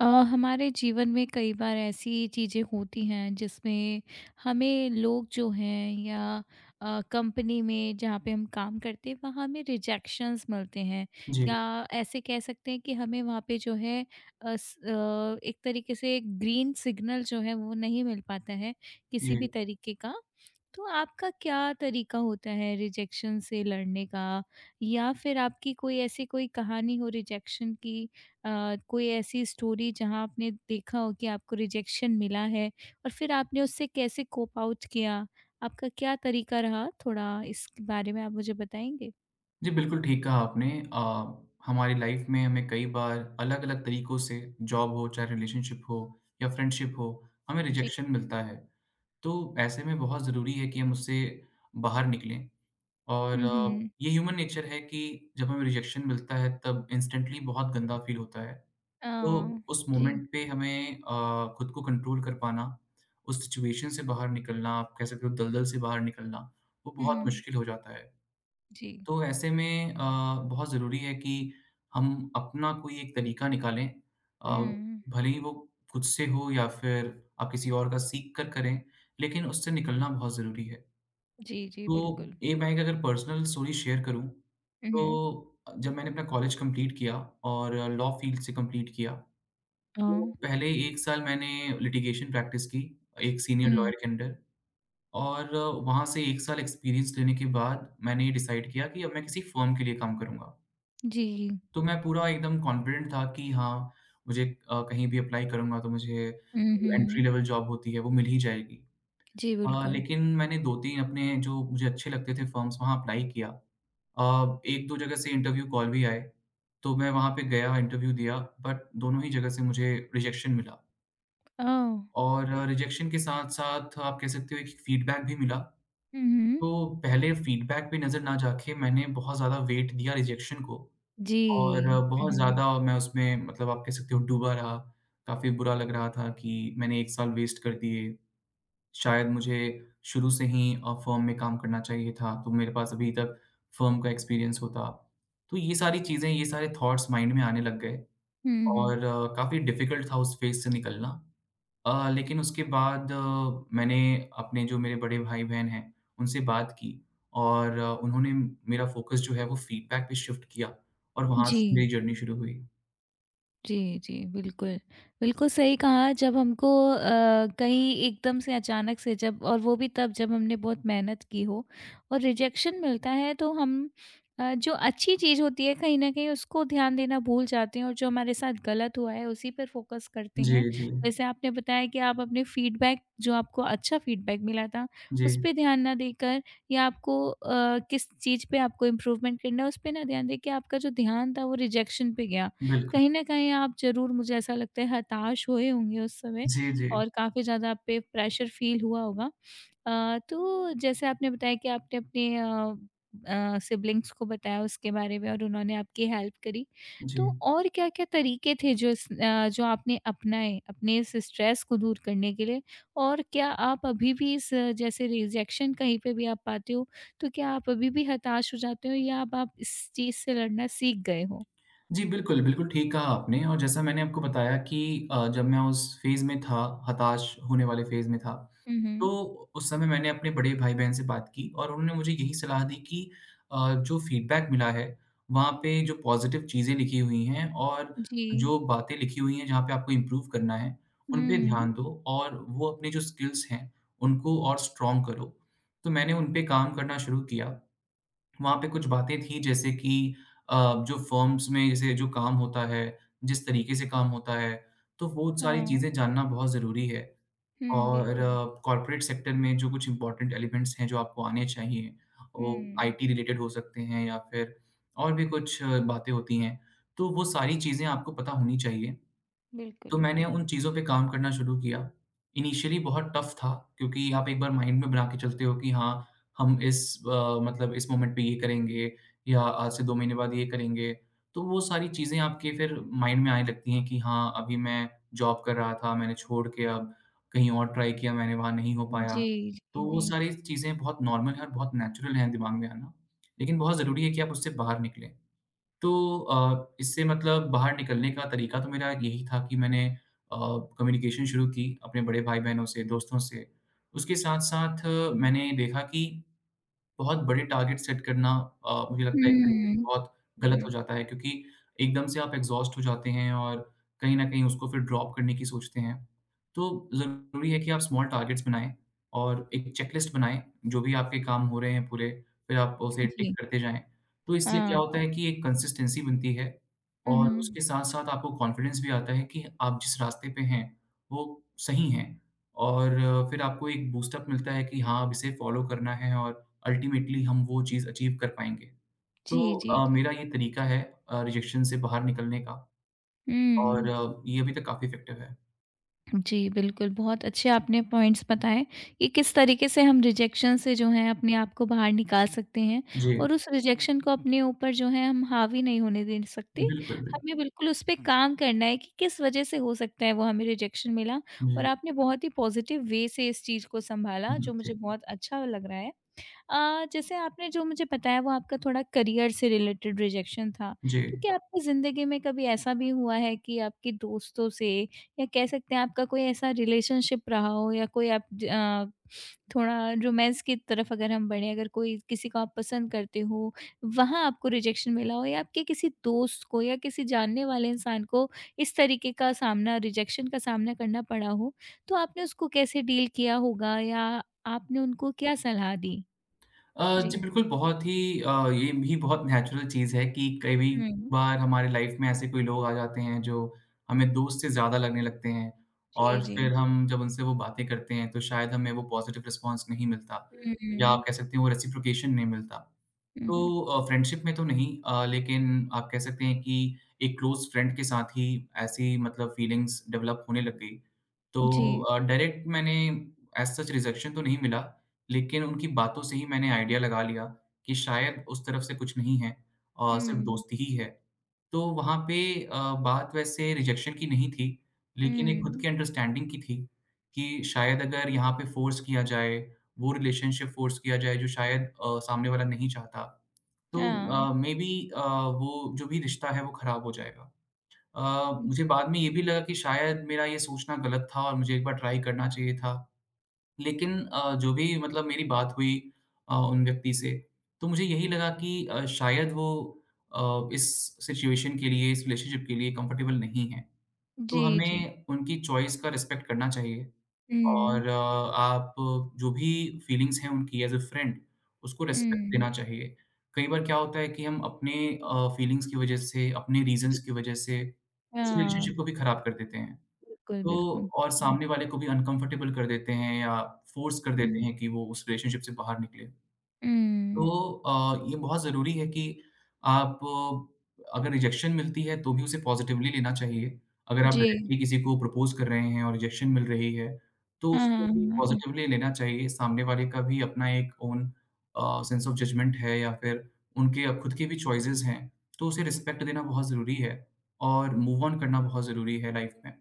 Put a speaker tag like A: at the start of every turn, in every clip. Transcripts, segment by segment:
A: हमारे जीवन में कई बार ऐसी चीज़ें होती हैं जिसमें हमें लोग जो हैं या कंपनी में जहाँ पे हम काम करते हैं वहाँ हमें रिजेक्शंस मिलते हैं
B: जी,
A: या ऐसे कह सकते हैं कि हमें वहाँ पे जो है एक तरीके से ग्रीन सिग्नल जो है वो नहीं मिल पाता है किसी
B: जी।
A: भी तरीके का। तो आपका क्या तरीका होता है रिजेक्शन से लड़ने का या फिर आपकी कोई ऐसी कोई कहानी हो रिजेक्शन की, कोई ऐसी स्टोरी जहाँ आपने देखा हो कि आपको रिजेक्शन मिला है और फिर आपने उससे कैसे कोप आउट किया? आपका क्या तरीका रहा? थोड़ा इस बारे में आप मुझे बताएँगे?
B: जी, बिल्कुल ठीक कहा आपने। अ, हमारी लाइफ में हमें कई बार अलग-अलग तरीकों से जॉब हो, चाहे रिलेशनशिप हो या फ्रेंडशिप हो, हमें
A: जी।
B: रिजेक्शन मिलता है। तो ऐसे में बहुत ज़रूरी है कि हम उससे बाहर निकलें और
A: हुँ, हुँ।
B: ये ह्यूमन नेचर है कि जब हमें रिजेक्शन मिलता है तब इंस्टेंटली बहुत गंदा फ़ील होता है।
A: अ,
B: तो उस
A: जी।
B: मोमेंट पे हमें खुद को कंट्रोल कर पाना, उस सिचुएशन से बाहर निकलना, आप कह सकते हो दलदल से बाहर निकलना, वो बहुत
A: हुँ,
B: मुश्किल हो जाता है।
A: जी।
B: तो ऐसे में बहुत ज़रूरी है कि हम अपना कोई एक तरीका निकालें अ,
A: हुँ।
B: भले ही वो खुद से हो या फिर आप किसी और का सीख कर करें, लेकिन उससे निकलना बहुत ज़रूरी है।
A: जी, जी,
B: तो
A: बिल्कुल।
B: ये मैं एक अगर पर्सनल स्टोरी शेयर करूँ,
A: हुँ, हुँ।
B: तो जब मैंने अपना कॉलेज कंप्लीट किया और लॉ फील्ड से कंप्लीट किया, तो
A: हाँ।
B: पहले 1 साल मैंने लिटिगेशन प्रैक्टिस की, एक सीनियर
A: हुँ,
B: लॉयर के अंडर और वहाँ से 1 साल एक्सपीरियंस लेने के बाद मैंने ये डिसाइड किया कि अब मैं किसी फर्म के लिए काम करूँगा।
A: जी।
B: तो मैं पूरा एकदम कॉन्फिडेंट था कि हाँ, मुझे कहीं भी एप्लाई करूँगा तो मुझे
A: हुँ,
B: एंट्री
A: हुँ।
B: लेवल जॉब होती है वो मिल ही जाएगी।
A: जी, बिल्कुल।
B: लेकिन मैंने 2-3 अपने जो मुझे अच्छे लगते थे फर्म्स वहाँ अप्लाई किया। अ, 1-2 जगह से इंटरव्यू कॉल भी आए, तो मैं वहाँ पे गया इंटरव्यू दिया बट दोनों ही जगह से मुझे रिजेक्शन मिला।
A: ओह!
B: और रिजेक्शन के साथ-साथ आप कह सकते हो एक फीडबैक भी मिला।
A: हुँ, हुँ।
B: तो पहले फीडबैक पे नज़र ना जाके मैंने बहुत ज़्यादा वेट दिया रिजेक्शन को।
A: जी।
B: और
A: हुँ,
B: बहुत
A: हुँ, हुँ।
B: ज़्यादा मैं उसमें मतलब आप कह सकते हो डूबा रहा। काफ़ी बुरा लग रहा था कि मैंने 1 साल वेस्ट कर दिए। शायद मुझे शुरू से ही फ़र्म में काम करना चाहिए था, तो मेरे पास अभी तक फ़र्म का एक्सपीरियंस होता। तो ये सारी चीज़ें, ये सारे थॉट्स माइंड में आने लग गए
A: हुँ, हुँ।
B: और काफ़ी डिफ़िकल्ट था उस फ़ेज़ से निकलना। लेकिन उसके बाद मैंने अपने जो मेरे बड़े भाई-बहन हैं, उनसे बात की और उन्होंने मेरा फ़ोकस जो है वो फ़ीडबैक पे शिफ्ट किया और वहाँ से
A: जी।
B: मेरी जर्नी शुरू हुई।
A: जी, जी, बिल्कुल। बिल्कुल सही कहा। जब हमको कहीं एकदम से अचानक से, जब और वो भी तब जब हमने बहुत मेहनत की हो और रिजेक्शन मिलता है, तो हम जो अच्छी चीज़ होती है कहीं न कहीं उसको ध्यान देना भूल जाते हैं और जो हमारे साथ गलत हुआ है उसी पर फ़ोकस करते हैं।
B: जी, जी।
A: जैसे आपने बताया कि आप अपने फ़ीडबैक, जो आपको अच्छा फ़ीडबैक मिला था उस
B: जी,
A: पे ध्यान ना देकर या आपको किस चीज़ पे आपको इम्प्रूवमेंट करना है उस पे ना ध्यान देके, आपका जो ध्यान था वो रिजेक्शन पे गया।
B: बिल्कुल।
A: कहीं न कहीं आप ज़रूर, मुझे ऐसा लगता है, हताश हुए होंगे उस समय
B: जी, जी,
A: और काफ़ी ज़्यादा आप पे प्रेशर फ़ील हुआ होगा। तो जैसे आपने बताया कि आपने अपने सिब्लिंग्स को बताया उसके बारे में और उन्होंने आपकी हेल्प करी।
B: जी।
A: तो और क्या-क्या तरीके थे जो इस जो आपने अपनाए अपने इस स्ट्रेस को दूर करने के लिए? और क्या आप अभी भी इस जैसे रिजेक्शन कहीं पे भी आप पाते हो, तो क्या आप अभी भी हताश हो जाते हो या अब आप इस चीज़ से लड़ना सीख गए हो?
B: जी, बिल्कुल, बिल्कुल ठीक कहा आपने और जैसा मैंने आपको बताया कि जब मैं उस फ़ेज़ में था, हताश होने वाले फ़ेज़ में था
A: हुँ,
B: तो
A: हुँ।
B: उस समय मैंने अपने बड़े भाई-बहन से बात की और उन्होंने मुझे यही सलाह दी कि जो फीडबैक मिला है, वहाँ पे जो पॉज़िटिव चीज़ें लिखी हुई हैं और
A: जी।
B: जो बातें लिखी हुई हैं, जहाँ पे आपको इम्प्रूव करना है, उन पे
A: हुँ,
B: ध्यान दो और वो अपने जो स्किल्स हैं, उनको और स्ट्रॉन्ग करो। तो मैंने उन पे काम करना शुरू किया। वहाँ पे कुछ बातें थीं जैसे कि अ, जो फर्म्स में जैसे जो काम होता है, जिस तरीके से काम होता है, तो वो सारी
A: हाँ।
B: चीज़ें जानना बहुत ज़रूरी है।
A: हुँ,
B: और
A: बिल्कुल।
B: कॉर्पोरेट सेक्टर में जो कुछ इम्पोर्टेंट एलिमेंट्स हैं जो आपको आने चाहिए, वो
A: हुँ,
B: आईटी रिलेटेड हो सकते हैं या फिर और भी कुछ बातें होती हैं, तो वो सारी चीज़ें आपको पता होनी चाहिए। तो
A: बिल्कुल।
B: मैंने उन चीज़ों पे काम करना शुरू किया। इनिशियली बहुत टफ़ था क्योंकि आप एक बार माइंड में बना के चलते हो कि हाँ, हम इस मतलब इस मोमेंट पे ये करेंगे या आज से 2 महीने बाद ये करेंगे। तो वो सारी चीज़ें आपके फिर माइंड में आने लगती हैं कि हाँ, अभी मैं जॉब कर रहा था, मैंने छोड़ के अब कहीं और ट्राई किया मैंने, वहाँ नहीं हो पाया।
A: जी, जी,
B: तो वो
A: जी।
B: सारी चीज़ें बहुत नॉर्मल हैं और बहुत नेचुरल हैं दिमाग में आना। लेकिन बहुत ज़रूरी है कि आप उससे बाहर निकलें। तो इससे मतलब बाहर निकलने का तरीका तो मेरा यही था कि मैंने अ, कम्युनिकेशन शुरू की अपने बड़े भाई-बहनों से, दोस्तों से। उसके साथ-साथ मैंने देखा कि बहुत बड़े टारगेट सेट करना मुझे लगता है एक तरीके से
A: हुँ।
B: बहुत गलत
A: हुँ,
B: हो जाता है क्योंकि एकदम से आप एग्ज़ॉस्ट हो जाते हैं और कहीं न कहीं उसको फिर ड्रॉप करने की सोचते हैं। तो ज़रूरी है कि आप स्मॉल टारगेट्स बनाएँ और एक चेकलिस्ट बनाएँ, जो भी आपके काम हो रहे हैं पूरे, फिर आप उसे टिक
A: जी।
B: करते जाएँ। तो इससे क्या होता
A: हाँ।
B: है कि एक कंसिस्टेंसी बनती है
A: हुँ,
B: और
A: हुँ।
B: उसके साथ-साथ आपको कॉन्फिडेंस भी आता है कि आप जिस रास्ते पे हैं, वो सही हैं और फिर आपको एक बूस्ट अप मिलता है कि हाँ, अब इसे फ़ॉलो करना है और अल्टीमेटली हम वो चीज़ अचीव कर पाएँगे। तो
A: जी, जी, जी।
B: मेरा ये तरीका है रिजेक्शन से बाहर निकलने का और
A: हुँ।
B: ये अभी तक काफ़ी इफ़ेक्टिव है।
A: जी, बिल्कुल, बहुत अच्छे आपने पॉइंट्स बताएँ कि किस तरीके से हम रिजेक्शन से जो है अपने आप को बाहर निकाल सकते हैं
B: जी,
A: और उस रिजेक्शन को अपने ऊपर जो है हम हावी नहीं होने दे सकते।
B: बिल्कुल, बिल्कुल।
A: हमें बिल्कुल उस पे काम करना है कि किस वजह से हो सकता है वो हमें रिजेक्शन मिला और
B: जी,
A: आपने बहुत ही पॉजिटिव वे से इस चीज़ को सँभाला
B: हुँ,
A: जो
B: जी,
A: मुझे बहुत अच्छा लग रहा है। जैसे आपने जो मुझे बताया वो आपका थोड़ा करियर से रिलेटेड रिजेक्शन था।
B: जी।
A: तो क्या आपकी ज़िंदगी में कभी ऐसा भी हुआ है कि आपके दोस्तों से या कह सकते हैं आपका कोई ऐसा रिलेशनशिप रहा हो या कोई आप थोड़ा रोमांस की तरफ अगर हम बढ़ें, अगर कोई किसी को आप पसंद करते हो, वहाँ आपको रिजेक्शन मिला हो या आपके किसी दोस्त को या किसी जानने वाले इंसान को इस तरीके का सामना, रिजेक्शन का सामना करना पड़ा हो, तो आपने उसको कैसे डील किया होगा या आपने उनको क्या सलाह दी?
B: अ, जी
A: जी,
B: बिल्कुल, बहुत ही ये भी बहुत नेचुरल चीज़ है कि कभी
A: हुँ।
B: बार हमारे लाइफ़ में ऐसे कोई लोग आ जाते हैं जो हमें दोस्त से ज़्यादा लगने लगते हैं
A: जी,
B: और
A: जी।
B: फिर हम जब उनसे वो बातें करते हैं तो शायद हमें वो पॉज़िटिव रिस्पॉन्स नहीं मिलता या आप
A: हुँ,
B: कह सकते हैं वो रेसिप्रोकेशन नहीं मिलता।
A: हुँ, हुँ।
B: तो फ्रेंडशिप में तो नहीं लेकिन आप कह सकते हैं कि एक क्लोज़ फ्रेंड के साथ ही ऐसी मतलब फीलिंग्स डेवलप होने लग गई। तो
A: जी,
B: डायरेक्ट मैंने एज़ सच रिजेक्शन तो नहीं मिला, लेकिन उनकी बातों से ही मैंने आइडिया लगा लिया कि शायद उस तरफ से कुछ नहीं है सिर्फ़
A: हुँ,
B: दोस्ती ही है। तो वहाँ पे बात वैसे रिजेक्शन की नहीं थी, लेकिन एक खुद
A: हुँ।
B: की अंडरस्टैंडिंग की थी कि शायद अगर यहाँ पे फ़ोर्स किया जाए, वो रिलेशनशिप फ़ोर्स किया जाए जो शायद सामने वाला नहीं चाहता।
A: हाँ,
B: तो मे बी वो जो भी रिश्ता है वो ख़राब हो जाएगा।
A: हुँ,
B: मुझे बाद में ये भी लगा कि शायद मेरा ये सोचना गलत था और मुझे एक बार ट्राई करना चाहिए था। लेकिन जो भी मतलब मेरी बात हुई उन व्यक्ति से, तो मुझे यही लगा कि शायद वो इस सिचुएशन के लिए, इस रिलेशनशिप के लिए कंफर्टेबल नहीं है। तो
A: जी, जी।
B: हमें उनकी चॉइस का रिस्पेक्ट करना चाहिए।
A: हुँ,
B: और आप जो भी फीलिंग्स हैं उनकी एज़ अ फ्रेंड, उसको रिस्पेक्ट
A: हुँ।
B: देना चाहिए। कई बार क्या होता है कि हम अपने फीलिंग्स की वजह से, अपने
A: ज
B: रीज़न्स की वजह से, उस
A: हाँ,
B: रिलेशनशिप को भी खराब कर देते हैं।
A: बिल्कुल,
B: तो
A: बिल्कुल।
B: और
A: हुँ,
B: सामने वाले को भी अनकम्फ़र्टेबल कर देते हैं या फ़ोर्स कर देते
A: हुँ,
B: हैं कि वो उस रिलेशनशिप से बाहर निकले।
A: हुँ।
B: तो ये बहुत ज़रूरी है कि आप अगर रिजेक्शन मिलती है, तो भी उसे पॉज़िटिवली लेना चाहिए। अगर आप
A: जी।
B: डायरेक्टली किसी को प्रपोज़ कर रहे हैं और रिजेक्शन मिल रही है, तो
A: हाँ,
B: उसको
A: हाँ,
B: भी
A: हाँ।
B: पॉज़िटिवली लेना चाहिए। सामने वाले का भी अपना एक ओन सेंस ऑफ जजमेंट है या फिर उनके खुद के भी चॉइसेस हैं, तो उसे रिस्पेक्ट देना बहुत ज़रूरी है और मूव ऑन करना बहुत ज़रूरी है लाइफ़ में।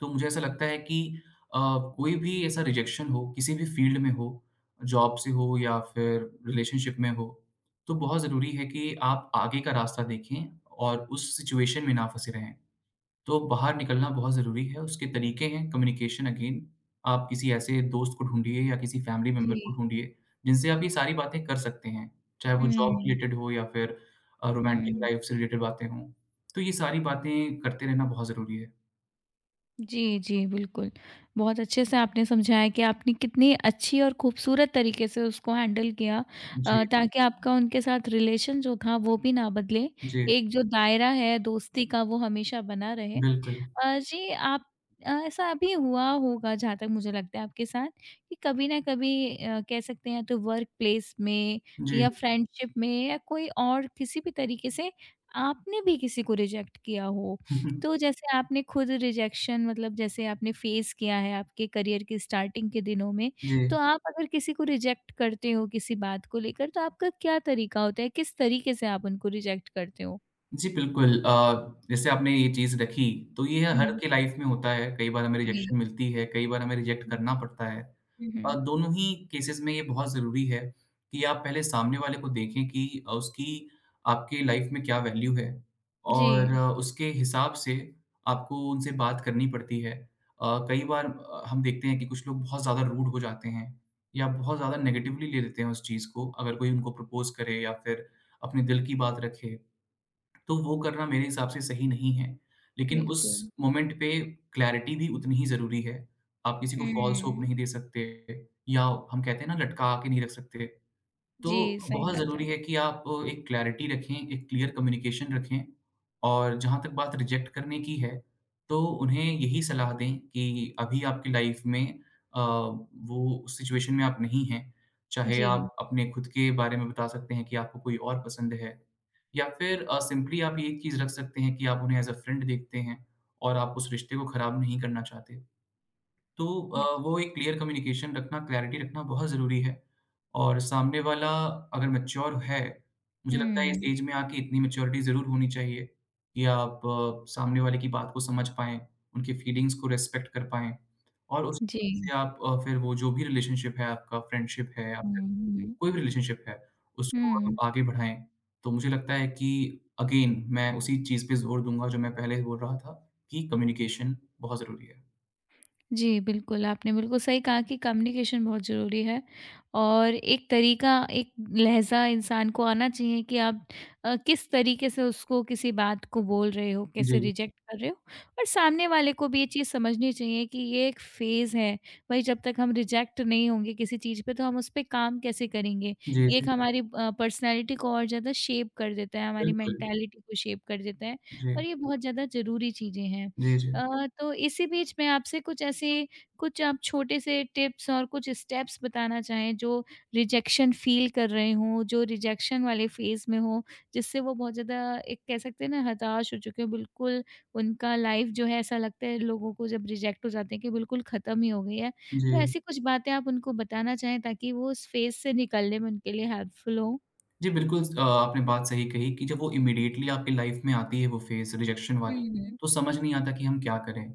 B: तो मुझे ऐसा लगता है कि अ, कोई भी ऐसा रिजेक्शन हो, किसी भी फ़ील्ड में हो, जॉब से हो या फिर रिलेशनशिप में हो, तो बहुत ज़रूरी है कि आप आगे का रास्ता देखें और उस सिचुएशन में ना फँसे रहें। तो बाहर निकलना बहुत ज़रूरी है, उसके तरीके हैं कम्युनिकेशन अगेन, आप किसी ऐसे दोस्त को ढूँढिए या किसी फ़ैमिली मेंबर
A: जी,
B: को ढूँढिए, जिनसे आप ये सारी बातें कर सकते हैं, चाहे वो जॉब
A: हुँ,
B: रिलेटेड हो या फिर रोमांटिक
A: हुँ।
B: लाइफ़ से रिलेटेड बातें हों। तो ये सारी बातें करते रहना बहुत ज़रूरी है।
A: जी, जी, बिल्कुल। बहुत अच्छे से आपने समझाया कि आपने कितनी अच्छी और खूबसूरत तरीके से उसको हैंडल किया,
B: जी,
A: ताकि आपका उनके साथ रिलेशन जो था वो भी ना बदले।
B: जी।
A: एक जो दायरा है दोस्ती का वो हमेशा बना रहे।
B: बिल्कुल,
A: जी, आप ऐसा भी हुआ होगा, जहाँ तक मुझे लगता है आपके साथ, कि कभी ना कभी कह सकते हैं तो वर्क प्लेस में
B: जी।
A: या फ्रेंडशिप में या कोई और किसी भी तरीके से आपने भी किसी को रिजेक्ट किया हो। तो जैसे आपने खुद रिजेक्शन, मतलब जैसे आपने फेस किया है आपके करियर की स्टार्टिंग के दिनों में,
B: जी।
A: तो आप अगर किसी को रिजेक्ट करते हो किसी बात को लेकर तो आपका क्या तरीका होता है? किस तरीके से आप उनको रिजेक्ट करते हो?
B: जी, बिल्कुल जैसे आपने ये चीज़ रखी, तो ये
A: हुँ,
B: हर
A: हुँ।
B: के लाइफ में होता है, कई बार हमें
A: जी।
B: रिजेक्शन मिलती है, कई बार हमें रिजेक्ट करना पड़ता है।
A: हुँ, हुँ।
B: दोनों ही केसेज़ में ये बहुत ज़रूरी है कि आप पहले सामने वाले को देखें कि उसकी आपके लाइफ में क्या वैल्यू है और
A: जी।
B: उसके हिसाब से आपको उनसे बात करनी पड़ती है। कई बार हम देखते हैं कि कुछ लोग बहुत ज़्यादा रूड हो जाते हैं या बहुत ज़्यादा नेगेटिवली ले लेते हैं उस चीज़ को, अगर कोई उनको प्रपोज़ करे या फिर अपने दिल की बात रखे। तो वो करना मेरे हिसाब से सही नहीं है। लेकिन उस
A: बिल्कुल।
B: मोमेंट पे क्लैरिटी भी उतनी ही ज़रूरी है। आप किसी को फ़ॉल्स होप
A: हुँ।
B: नहीं दे सकते या हम कहते हैं ना लटका के नहीं रख सकते। तो
A: जी, सही
B: बहुत
A: बात है।
B: ज़रूरी है कि आप एक क्लैरिटी रखें, एक क्लियर कम्युनिकेशन रखें और जहाँ तक बात रिजेक्ट करने की है, तो उन्हें यही सलाह दें कि अभी आपकी लाइफ में वो उस सिचुएशन में आप नहीं हैं। चाहे हुँ।
A: जी।
B: आप अपने खुद के बारे में बता सकते हैं कि आपको कोई और पसंद है या फिर सिंपली आप ये चीज़ रख सकते हैं कि आप उन्हें एज़ अ फ्रेंड देखते हैं और आप उस रिश्ते को खराब नहीं करना चाहते। तो वो एक क्लियर कम्युनिकेशन रखना, क्लैरिटी रखना बहुत ज़रूरी है और सामने वाला अगर मैच्योर है, मुझे लगता है इस
A: हुँ।
B: एज में आके इतनी मैच्योरिटी ज़रूर होनी चाहिए कि आप सामने वाले की बात को समझ पाएँ, उनकी फीलिंग्स को रिस्पेक्ट कर पाएँ और उस
A: जी।
B: से आप फिर वो जो भी रिलेशनशिप है, आपका फ्रेंडशिप है या
A: हुँ,
B: फिर
A: हुँ।
B: कोई भी रिलेशनशिप है, उसको आप
A: हुँ।
B: आगे बढ़ाएँ। तो मुझे लगता है कि अगेन मैं उसी चीज़ पे ज़ोर दूँगा जो मैं पहले बोल रहा था कि कम्युनिकेशन बहुत ज़रूरी है।
A: जी, बिल्कुल, आपने बिल्कुल सही कहा कि कम्युनिकेशन बहुत ज़रूरी है और एक तरीका, एक लहज़ा इंसान को आना चाहिए कि आप किस तरीके से उसको किसी बात को बोल रहे हो, कैसे
B: जी।
A: रिजेक्ट कर रहे हो, और सामने वाले को भी ये चीज़ समझनी चाहिए कि ये एक फ़ेज़ है। भाई जब तक हम रिजेक्ट नहीं होंगे किसी चीज़ पे तो हम उस पे काम कैसे करेंगे?
B: जी,
A: ये
B: जी।
A: एक हमारी पर्सनैलिटी को और ज़्यादा शेप कर देता है, हमारी
B: बिल्कुल।
A: मेंटालिटी को शेप कर देता है
B: जी।
A: और ये बहुत ज़्यादा ज़रूरी चीज़ें हैं।
B: जी, जी।
A: तो इसी बीच मैं आपसे कुछ ऐसे, कुछ आप छोटे से टिप्स और कुछ स्टेप्स बताना चाहें जो रिजेक्शन फ़ील कर रहे हों, जो रिजेक्शन वाले फ़ेज़ में हों, जिससे वो बहुत ज़्यादा, एक कह सकते हैं ना, हताश हो चुके हैं, बिल्कुल उनका लाइफ़ जो है ऐसा लगता है लोगों को जब रिजेक्ट हो जाते हैं कि बिल्कुल ख़त्म ही हो गई है। तो
B: जी।
A: ऐसी कुछ बातें आप उनको बताना चाहें ताकि वो उस फ़ेज़ से निकलने में उनके लिए हेल्पफुल हो?
B: जी, बिल्कुल आपने बात सही कही कि जब वो इमीडिएटली आपकी लाइफ में आती है वो फ़ेज़ रिजेक्शन वाली,
A: हुँ,
B: तो समझ नहीं आता कि हम क्या करें।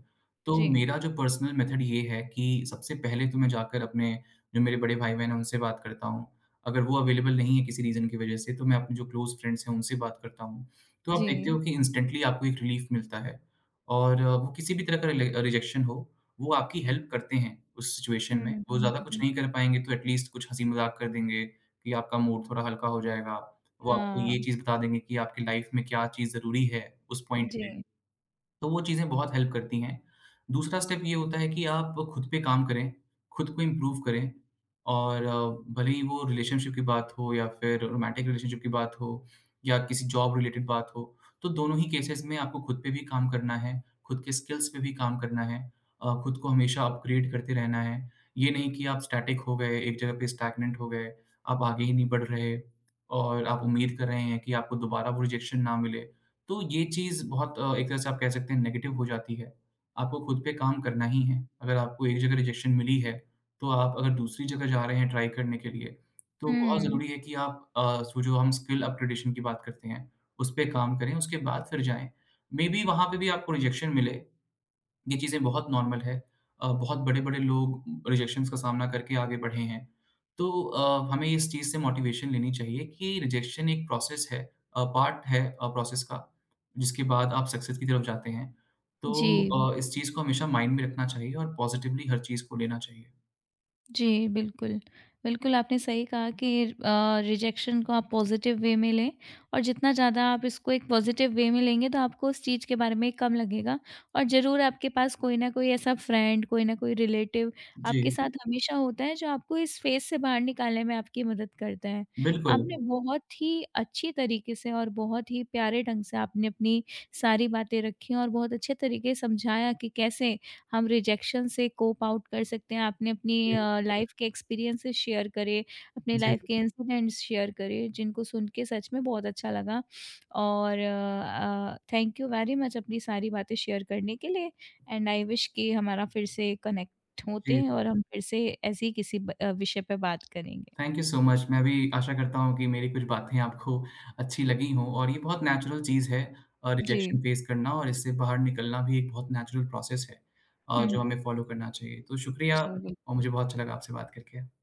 B: तो
A: जी,
B: मेरा जो पर्सनल मेथड ये है कि सबसे पहले तो मैं जाकर अपने जो मेरे बड़े भाई-बहन हैं उनसे बात करता हूँ। अगर वो अवेलेबल नहीं है किसी रीज़न की वज़ह से तो मैं अपने जो क्लोज़ फ्रेंड्स हैं उनसे बात करता हूँ। तो आप
A: जी।
B: देखते हो कि इंस्टेंटली आपको एक रिलीफ़ मिलता है और वो किसी भी तरह का रिले रिजेक्शन हो, वो आपकी हेल्प करते हैं उस सिचुएशन
A: हुँ,
B: में।
A: हुँ,
B: वो ज़्यादा
A: हुँ,
B: कुछ
A: हुँ।
B: नहीं कर पाएँगे तो एटलीस्ट कुछ हँसी-मज़ाक कर देंगे कि आपका मूड थोड़ा हल्का हो जाएगा। वो आपको
A: हाँ,
B: ये चीज़ बता देंगे कि आपकी लाइफ़ में क्या चीज़ ज़रूरी है उस पॉइंट
A: जी।
B: पे। तो वो चीज़ें बहुत हेल्प करती हैं। दूसरा स्टेप ये होता है कि आप खुद पे काम करें, खुद को इम्प्रूव करें और भले ही वो रिलेशनशिप की बात हो या फिर रोमांटिक रिलेशनशिप की बात हो या किसी जॉब रिलेटेड बात हो, तो दोनों ही केसेज़ में आपको खुद पे भी काम करना है, खुद के स्किल्स पे भी काम करना है। खुद को हमेशा अपग्रेड करते रहना है। ये नहीं कि आप स्टैटिक हो गए, एक जगह पे स्टैग्नेंट हो गए, आप आगे ही नहीं बढ़ रहे और आप उम्मीद कर रहे हैं कि आपको दोबारा वो रिजेक्शन ना मिले। तो ये चीज़ बहुत एक तरह से आप कह सकते हैं नेगेटिव हो जाती है। आपको खुद पे काम करना ही है। अगर आपको एक जगह रिजेक्शन मिली है, तो आप अगर दूसरी जगह जा रहे हैं ट्राई करने के लिए, तो बहुत
A: हुँ,
B: ज़रूरी है कि आप सो जो हम स्किल अपग्रेडेशन की बात करते हैं, उस पे काम करें, उसके बाद फिर जाएँ। मेबी वहाँ पे भी आपको रिजेक्शन मिले ये चीज़ें बहुत नॉर्मल है। बहुत बड़े-बड़े लोग रिजेक्शंस का सामना करके आगे बढ़े हैं। तो हमें इस चीज़ से मोटिवेशन लेनी चाहिए कि रिजेक्शन एक प्रोसेस है, पार्ट है प्रोसेस का, जिसके बाद आप सक्सेस की तरफ जाते हैं।
A: जी।
B: तो इस चीज़ को हमेशा माइंड में रखना चाहिए और पॉज़िटिवली हर चीज़ को लेना चाहिए।
A: जी, बिल्कुल। बिल्कुल, आपने सही कहा कि रिजेक्शन को आप पॉज़िटिव वे में लें और जितना ज़्यादा आप इसको एक पॉज़िटिव वे में लेंगे तो आपको उस चीज़ के बारे में कम लगेगा और ज़रूर आपके पास कोई न कोई ऐसा फ्रेंड, कोई न कोई रिलेटिव आपके
B: जी,
A: साथ हमेशा होता है जो आपको इस फ़ेज़ से बाहर निकालने में आपकी मदद करता है।
B: बिल्कुल।
A: आपने बहुत ही अच्छी तरीके से और बहुत ही प्यारे ढंग से आपने अपनी सारी बातें रखी और बहुत अच्छे तरीके से समझाया कि कैसे हम रिजेक्शन से कोप आउट कर सकते हैं। आपने अपनी
B: जी,
A: जी। लाइफ के एक्सपीरियंसेस शेयर करे, अपने
B: जी,
A: लाइफ के इंसिडेंट्स शेयर करे, जिनको सुन के सच में बहुत अच्छा लगा और थैंक यू वेरी मच अपनी सारी बातें शेयर करने के लिए एंड आई विश कि हमारा फिर से कनेक्ट होते
B: जी।
A: हैं और हम फिर से ऐसे ही किसी विषय पे बात करेंगे।
B: Thank you so much. मैं भी आशा करता हूँ कि मेरी कुछ बातें आपको अच्छी लगी हों और ये बहुत नेचुरल चीज़ है,
A: जी।
B: रिजेक्शन फेस करना और इससे बाहर निकलना भी एक बहुत नेचुरल प्रोसेस है
A: हुँ,
B: जो
A: हुँ।
B: हमें फॉलो करना चाहिए। तो शुक्रिया
A: जी,
B: और
A: बिल्कुल।
B: मुझे बहुत अच्छा लगा आपसे बात करके।